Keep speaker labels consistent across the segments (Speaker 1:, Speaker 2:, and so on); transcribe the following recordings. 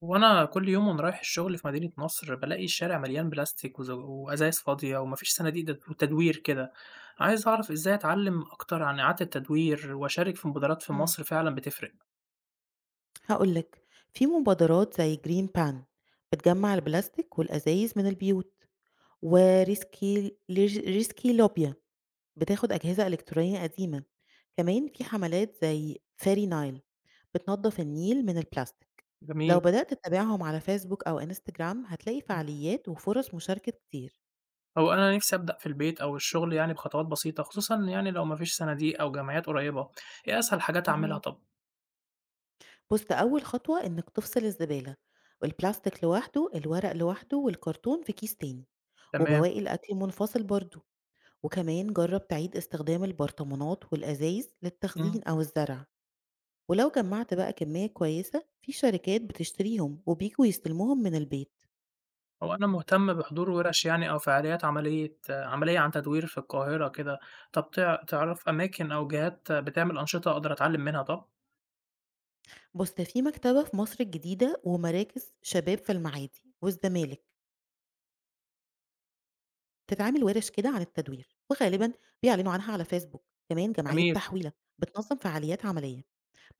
Speaker 1: وانا كل يوم وانا رايح الشغل في مدينة نصر بلاقي الشارع مليان بلاستيك وازايز فاضية ومفيش صناديق وتدوير كده. عايز اعرف ازاي اتعلم اكتر عن اعادة التدوير واشارك في مبادرات في
Speaker 2: إمم،
Speaker 1: مصر فعلا بتفرق.
Speaker 2: هاقول لك، في مبادرات زي Green Pan بتجمّع البلاستيك والأزايز من البيوت، وRescil لج Rescylopia بتاخد أجهزة إلكترونية قديمة، كمان في حملات زي Fairy Nile بتنضف النيل من البلاستيك.
Speaker 1: جميل.
Speaker 2: لو بدأت تتابعهم على فيسبوك أو إنستجرام هتلاقي
Speaker 1: مم.
Speaker 2: فعاليات وفرص مشاركة كتير.
Speaker 1: هو انا نفسي ابدا في البيت او الشغل يعني بخطوات بسيطة خصوصا يعني لو مفيش صناديق او جمعيات قريبة. ايه اسهل حاجات اعملها
Speaker 2: اهم.
Speaker 1: طب؟
Speaker 2: بُص، أول خطوة إنك تفصل الزبالة، البلاستيك لوحده، الورق لوحده، والكرتون في كيس تاني،
Speaker 1: تمام.
Speaker 2: وبواقي الأكل منفصل برضه. وكمان جرب تعيد استخدام البرطمانات والأزايز للتخزين أو
Speaker 1: مم.
Speaker 2: الزرع. ولو جمعت بقى كمية كويسة في شركات بتشتريهم وبيجوا يستلموهم من البيت.
Speaker 1: هو أنا مهتم بحضور ورش يعني أو فعاليات عملية عن تدوير في القاهرة كده، طب تعرف أماكن أو جهات بتعمل أنشطة أقدر أتعلم منها طب؟
Speaker 2: بص، ده في مكتبة في مصر الجديدة ومراكز شباب في المعادي والزمالك بتتعامل ورش كده عن التدوير، وغالبا بيعلنوا عنها على فيسبوك. كمان جمعية
Speaker 1: جميل.
Speaker 2: تحويلة بتنظم فعاليات عملية.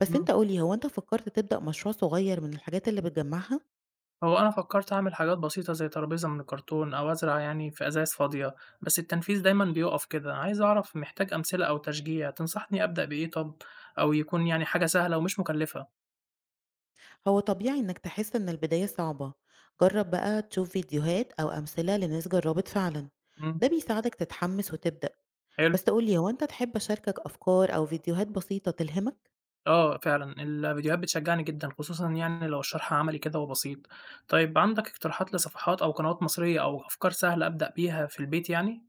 Speaker 2: بس
Speaker 1: إمم.
Speaker 2: انت قولي، هو انت فكرت تبدأ مشروع صغير من الحاجات اللي بتجمعها؟
Speaker 1: هو أنا فكرت أعمل حاجات بسيطة زي ترابيزة من الكرتون أو أزرع يعني في أزايز فاضية، بس التنفيذ دايمًا بيُقف كده، عايز أعرف محتاج أمثلة أو تشجيع، تنصحني أبدأ بإيه طب؟ أو يكون يعني حاجة سهلة ومش مكلفة؟
Speaker 2: هو طبيعي إنك تحس إن البداية صعبة. جرب بقى تشوف فيديوهات أو أمثلة لناس جربت فعلا،
Speaker 1: إمم.
Speaker 2: ده بيساعدك تتحمس وتبدأ.
Speaker 1: حلو.
Speaker 2: بس تقولي، هو أنت تحب أشاركك أفكار أو فيديوهات بسيطة تلهمك؟
Speaker 1: آه فعلًا، الفيديوهات بتشجّعني جدًا، خصوصًا يعني لو الشرح عملي كده وبسيط. طيب عندك اقتراحات لصفحات أو قنوات مصرية أو أفكار سهلة أبدأ بيها في البيت يعني؟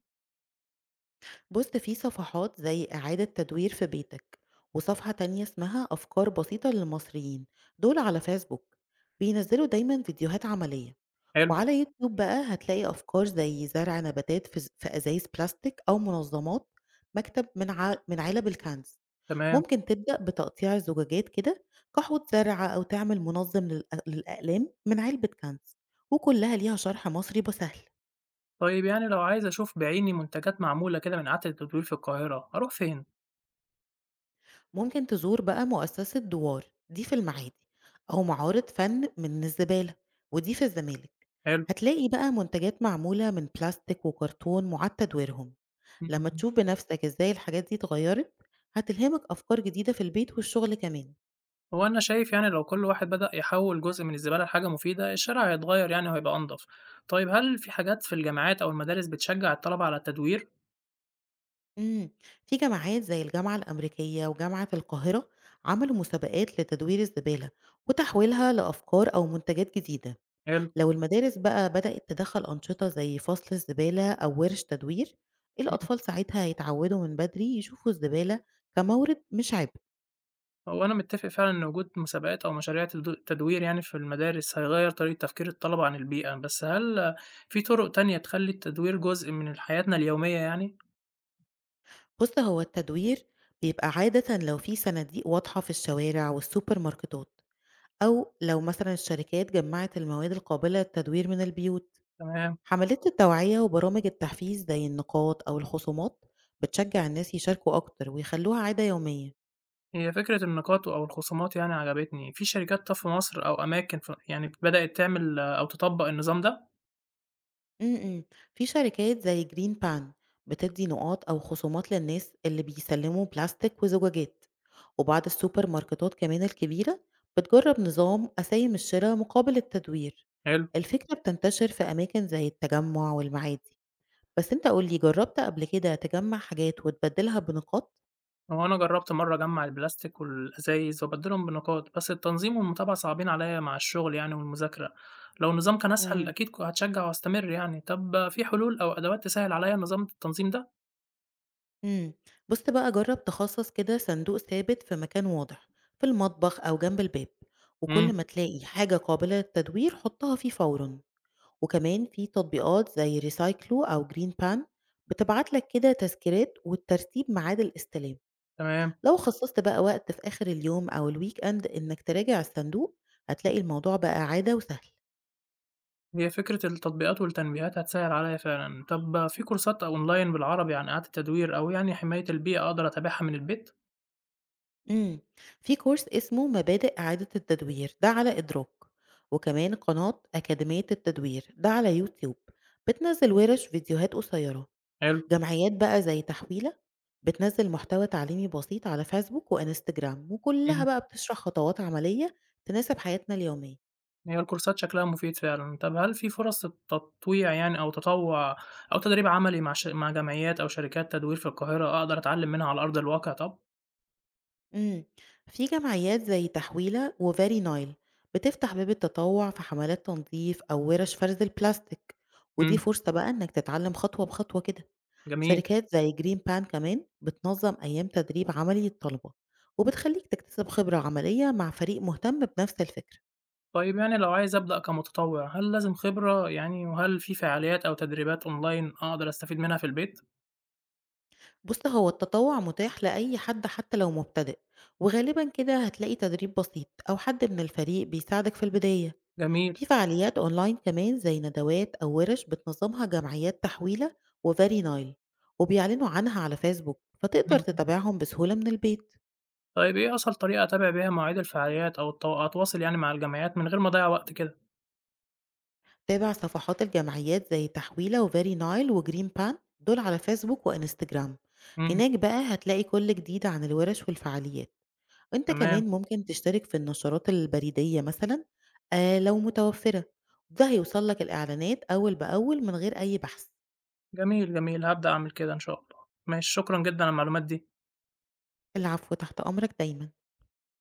Speaker 2: بص، في صفحات زي إعادة تدوير في بيتك وصفحة تانية اسمها أفكار بسيطة للمصريين. دول على فيسبوك بينزلوا دايما فيديوهات عملية.
Speaker 1: حلو.
Speaker 2: وعلى يوتيوب بقى هتلاقي أفكار زي زرع نباتات في أزايز بلاستيك أو منظمات مكتب من علب الكنز.
Speaker 1: تمام.
Speaker 2: ممكن تبدأ بتقطيع الزجاجات كده كحوض زرع، أو تعمل منظم للأقلام من علبة كنز، وكلها ليها شرح مصري بسهل.
Speaker 1: طيب يعني لو عايز أشوف بعيني منتجات معمولة كده من إعادة التدوير في القاهرة، أروح فين؟
Speaker 2: ممكن تزور بقى مؤسسة دوار دي في المعادي، أو معارض فن من الزبالة ودي في الزمالك.
Speaker 1: حلو.
Speaker 2: هتلاقي بقى منتجات معمولة من بلاستيك وكرتون معاد تدويرهم.
Speaker 1: إمم،
Speaker 2: لما
Speaker 1: إمم.
Speaker 2: تشوف بنفسك ازاي الحاجات دي اتغيرت هتلهمك أفكار جديدة في البيت والشغل كمان.
Speaker 1: هو أنا شايف يعني لو كل واحد بدأ يحوّل جزء من الزبالة لحاجة مفيدة، الشارع هيتغيّر يعني وهيبقى أنضف. طيب هل في حاجات في الجامعات أو المدارس بتشجّع الطلبة على التدوير؟
Speaker 2: إمم، في جماعات زي الجامعة الأمريكية وجامعة القاهرة عملوا مسابقات لتدوير الزبالة وتحويلها لأفكار أو منتجات جديدة.
Speaker 1: حلو.
Speaker 2: لو المدارس بقى بدأت تدخّل أنشطة زي فصل الزبالة أو ورش تدوير،
Speaker 1: إمم.
Speaker 2: الأطفال ساعتها هيتعودوا من بدري يشوفوا الزبالة كمورد مش عبء.
Speaker 1: هو أنا متّفق فعلًا إن وجود مسابقات أو مشاريع تدوير يعني في المدارس هيغيّر طريقة تفكير الطلبة عن البيئة، بس هل في طرق تانية تخلّي التدوير جزء من حياتنا اليومية يعني؟
Speaker 2: بُص، هو التدوير بيبقى عادةً لو في صناديق واضحة في الشوارع والسوبر ماركتات، أو لو مثلًا الشركات جمّعت المواد القابلة للتدوير من البيوت.
Speaker 1: تمام.
Speaker 2: حملات التوعية وبرامج التحفيز زي النقاط أو الخصومات بتشجع الناس يشاركوا أكتر ويخلوها عادة يومية.
Speaker 1: هي فكرة النقاط أو الخصومات يعني عجبتني، في شركات طَب في مصر أو أماكن يعني بدأت تعمل أو تطبّق النظام ده؟
Speaker 2: م-م. في شركات زي جرين بان بتدي نقاط أو خصومات للناس اللي بيسلموا بلاستيك وزجاجات. وبعض السوبر ماركتات كمان الكبيرة بتجرب نظام أسايم الشراء مقابل التدوير.
Speaker 1: حلو.
Speaker 2: الفكرة بتنتشر في أماكن زي التجمع والمعادي. بس انت قولي، جربت قبل كده تجمع حاجات وتبدلها بنقاط؟
Speaker 1: هو أنا جرّبت مرّة أجمّع البلاستيك والأزايز وأبدّلهم بنقاط، بس التنظيم والمتابعة صعبين عليّا مع الشغل يعني والمذاكرة، لو النظام كان أسهل
Speaker 2: مم.
Speaker 1: أكيد هاتشجّع وأستمر يعني، طَب في حلول أو أدوات تسهّل عليّا نظام التنظيم ده؟
Speaker 2: إمم. بُص بقى، جرّب تخصّص كده صندوق ثابت في مكان واضح، في المطبخ أو جنب الباب، وكل
Speaker 1: إمم.
Speaker 2: ما تلاقي حاجة قابلة للتدوير حُطّها فيه فورًا. وكمان في تطبيقات زي ريسايكلو أو جرين بان بتبعت لك كده تذكيرات وترتيب ميعاد الاستلام.
Speaker 1: تمام.
Speaker 2: لو خصّصت بقى وقت في آخر اليوم أو الweekend إنك تراجع الصندوق هتلاقي الموضوع بقى عادة وسهل.
Speaker 1: هي فكرة التطبيقات والتنبيهات هتسهّل عليّا فعلًا، طَب في كورسات أونلاين بالعربي عن إعادة تدوير أو يعني حماية البيئة أقدر أتابعها من البيت؟
Speaker 2: إمم، في كورس اسمه مبادئ إعادة التدوير ده على إدراك، وكمان قناة أكاديمية التدوير ده على يوتيوب، بتنزّل ورش فيديوهات قصيرة.
Speaker 1: حلو.
Speaker 2: جمعيات بقى زي تحويلة بتنزّل محتوى تعليمي بسيط على فيسبوك وإنستجرام، وكلّها
Speaker 1: إمم.
Speaker 2: بقى بتشرح خطوات عملية تناسب حياتنا اليومية.
Speaker 1: هي الكورسات شكلها مفيد فعلًا. طب هل في فرص التطويع يعني أو تطوع أو تدريب عملي مع جمعيات أو شركات تدوير في القاهرة أقدر أتعلم منها على أرض الواقع طب؟
Speaker 2: إمم، في جمعيات زي تحويلة وFairy Nile بتفتح باب التطوع في حملات تنضيف أو ورش فرز البلاستيك، ودي
Speaker 1: إمم.
Speaker 2: فرصة بقى إنك تتعلم خطوة بخطوة كده.
Speaker 1: جميل.
Speaker 2: شركات زي جرين بان كمان بتنظم أيام تدريب عملي للطلبة، وبتخليك تكتسب خبرة عملية مع فريق مهتم بنفس الفكرة.
Speaker 1: طيب يعني لو عايز أبدأ كمتطوع، هل لازم خبرة يعني وهل في فعاليات أو تدريبات أونلاين أقدر أستفيد منها في البيت؟
Speaker 2: بص، هو التطوع متاح لأي حد حتى لو مبتدئ، وغالبا كده هتلاقي تدريب بسيط أو حد من الفريق بيساعدك في البداية.
Speaker 1: جميل.
Speaker 2: في فعاليات أونلاين كمان زي ندوات أو ورش بتنظمها جمعيات تحويلة وفاري نايل، وبيعلنوا عنها على فيسبوك
Speaker 1: إمم،
Speaker 2: فتقدر
Speaker 1: إمم.
Speaker 2: تتابعهم بسهولة من البيت.
Speaker 1: طيب إيه أسهل طريقة أتابع بيها مواعيد الفعاليات أو أتواصل يعني مع الجمعيات من غير ما أضيّع وقت كده؟
Speaker 2: تابع صفحات الجمعيات زي تحويلة وفيري نايل وجرين بان دول على فيسبوك وانستجرام.
Speaker 1: إمم.
Speaker 2: هناك بقى هتلاقي كل جديد عن الورش والفعاليات. انت
Speaker 1: تمام.
Speaker 2: كمان ممكن تشترك في النشرات البريدية مثلا، آه لو متوفرة، ده هيوصل لك الإعلانات أول بأول من غير أي بحث.
Speaker 1: جميل، جميل، هابدأ أعمل كده إن شاء الله. ماشي، شكرًا جدًا على المعلومات دي.
Speaker 2: العفو، تحت أمرك دايما.